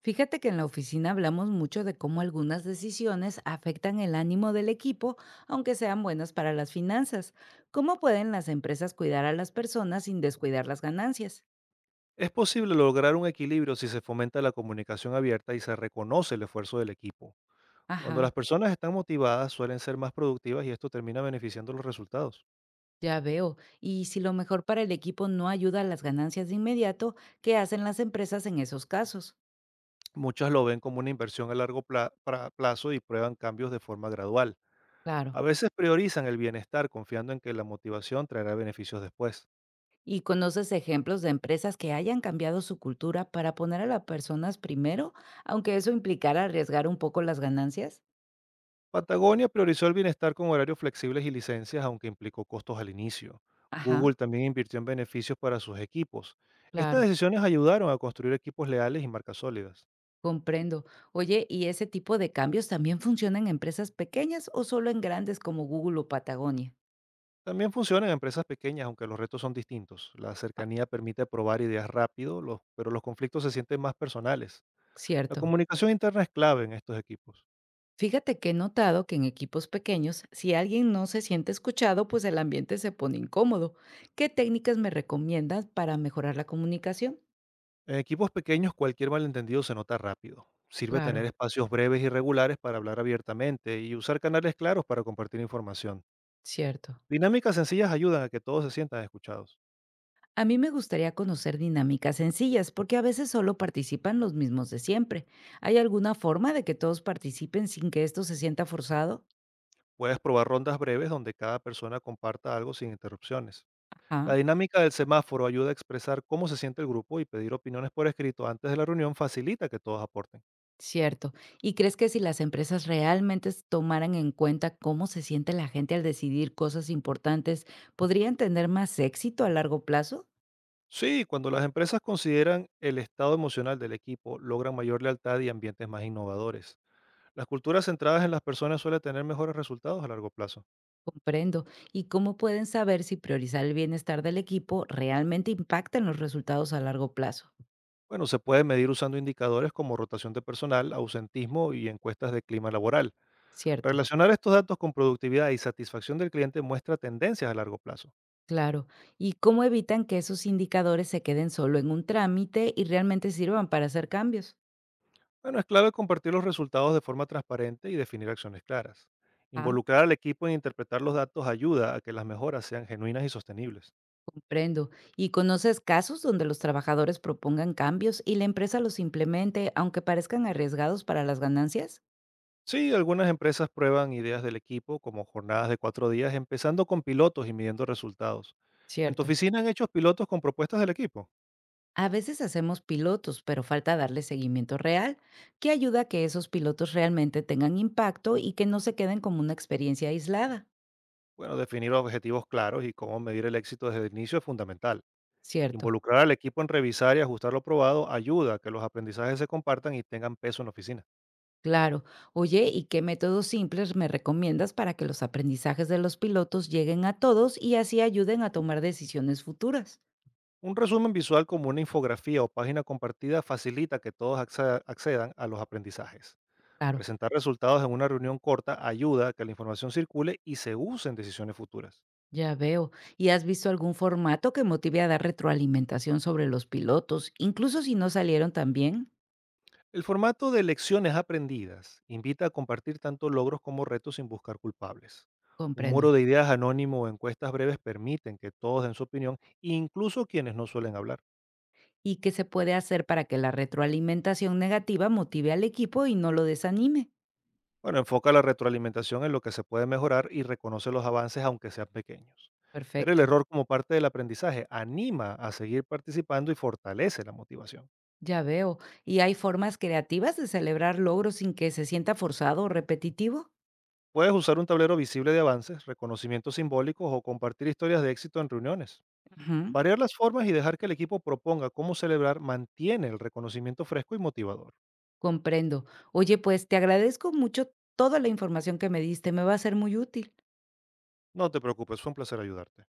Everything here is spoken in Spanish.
Fíjate que en la oficina hablamos mucho de cómo algunas decisiones afectan el ánimo del equipo, aunque sean buenas para las finanzas. ¿Cómo pueden las empresas cuidar a las personas sin descuidar las ganancias? Es posible lograr un equilibrio si se fomenta la comunicación abierta y se reconoce el esfuerzo del equipo. Cuando las Ajá, personas están motivadas suelen ser más productivas y esto termina beneficiando los resultados. ya veo. Y si lo mejor para el equipo no ayuda a las ganancias de inmediato, ¿qué hacen las empresas en esos casos? Muchas lo ven como una inversión a largo plazo y prueban cambios de forma gradual. A Claro. veces priorizan el bienestar confiando en que la motivación traerá beneficios después. ¿Y conoces ejemplos de empresas que hayan cambiado su cultura para poner a las personas primero, aunque eso implicara arriesgar un poco las ganancias? Patagonia priorizó el bienestar con horarios flexibles y licencias, aunque implicó costos al inicio. Ajá, Google también invirtió en beneficios para sus equipos. Estas claro. decisiones ayudaron a construir equipos leales y marcas sólidas. Comprendo. Oye, ¿y ese tipo de cambios también funcionan en empresas pequeñas o solo en grandes como Google o Patagonia? También funcionan en empresas pequeñas, aunque los retos son distintos. La Ah, cercanía permite probar ideas rápido, pero los conflictos se sienten más personales. La cierto. comunicación interna es clave en estos equipos. Fíjate que he notado que en equipos pequeños, si alguien no se siente escuchado, pues el ambiente se pone incómodo. ¿Qué técnicas me recomiendas para mejorar la comunicación? En equipos pequeños cualquier malentendido se nota rápido. Sirve tener Claro, espacios breves y regulares para hablar abiertamente y usar canales claros para compartir información. cierto. Dinámicas sencillas ayudan a que todos se sientan escuchados. A mí me gustaría conocer dinámicas sencillas, porque a veces solo participan los mismos de siempre. ¿Hay alguna forma de que todos participen sin que esto se sienta forzado? Puedes probar rondas breves donde cada persona comparta algo sin interrupciones. La Ajá. dinámica del semáforo ayuda a expresar cómo se siente el grupo y pedir opiniones por escrito antes de la reunión facilita que todos aporten. Cierto. ¿Y crees que si las empresas realmente tomaran en cuenta cómo se siente la gente al decidir cosas importantes, podrían tener más éxito a largo plazo? Sí, cuando las empresas consideran el estado emocional del equipo, logran mayor lealtad y ambientes más innovadores. Las culturas centradas en las personas suelen tener mejores resultados a largo plazo. Comprendo. ¿Y cómo pueden saber si priorizar el bienestar del equipo realmente impacta en los resultados a largo plazo? Bueno, se puede medir usando indicadores como rotación de personal, ausentismo y encuestas de clima laboral. Cierto. Relacionar estos datos con productividad y satisfacción del cliente muestra tendencias a largo plazo. Claro. ¿Y cómo evitan que esos indicadores se queden solo en un trámite y realmente sirvan para hacer cambios? Bueno, es clave compartir los resultados de forma transparente y definir acciones claras. Ah. Involucrar al equipo en interpretar los datos ayuda a que las mejoras sean genuinas y sostenibles. Prendo. ¿Y conoces casos donde los trabajadores propongan cambios y la empresa los implemente, aunque parezcan arriesgados para las ganancias? Sí, algunas empresas prueban ideas del equipo como jornadas de 4 días, empezando con pilotos y midiendo resultados. ¿En tu Cierto. oficina han hecho pilotos con propuestas del equipo? A veces hacemos pilotos, pero falta darle seguimiento real, que ayuda a que esos pilotos realmente tengan impacto y que no se queden como una experiencia aislada. Bueno, definir objetivos claros y cómo medir el éxito desde el inicio es fundamental. Cierto. Involucrar al equipo en revisar y ajustar lo probado ayuda a que los aprendizajes se compartan y tengan peso en la oficina. Claro. Oye, ¿y qué métodos simples me recomiendas para que los aprendizajes de los pilotos lleguen a todos y así ayuden a tomar decisiones futuras? Un resumen visual como una infografía o página compartida facilita que todos accedan a los aprendizajes. Claro. Presentar resultados en una reunión corta ayuda a que la información circule y se use en decisiones futuras. Ya veo. ¿Y has visto algún formato que motive a dar retroalimentación sobre los pilotos, incluso si no salieron tan bien? El formato de lecciones aprendidas invita a compartir tanto logros como retos sin buscar culpables. Un Comprendo. muro de ideas anónimo o encuestas breves permiten que todos den su opinión, incluso quienes no suelen hablar. ¿Y qué se puede hacer para que la retroalimentación negativa motive al equipo y no lo desanime? Bueno, enfoca la retroalimentación en lo que se puede mejorar y reconoce los avances aunque sean pequeños. Ver el Perfecto. error como parte del aprendizaje anima a seguir participando y fortalece la motivación. Ya veo. ¿Y hay formas creativas de celebrar logros sin que se sienta forzado o repetitivo? Puedes usar un tablero visible de avances, reconocimientos simbólicos o compartir historias de éxito en reuniones. Ujú, Variar las formas y dejar que el equipo proponga cómo celebrar mantiene el reconocimiento fresco y motivador. comprendo. Oye, pues te agradezco mucho toda la información que me diste, me va a ser muy útil. No te preocupes, fue un placer ayudarte.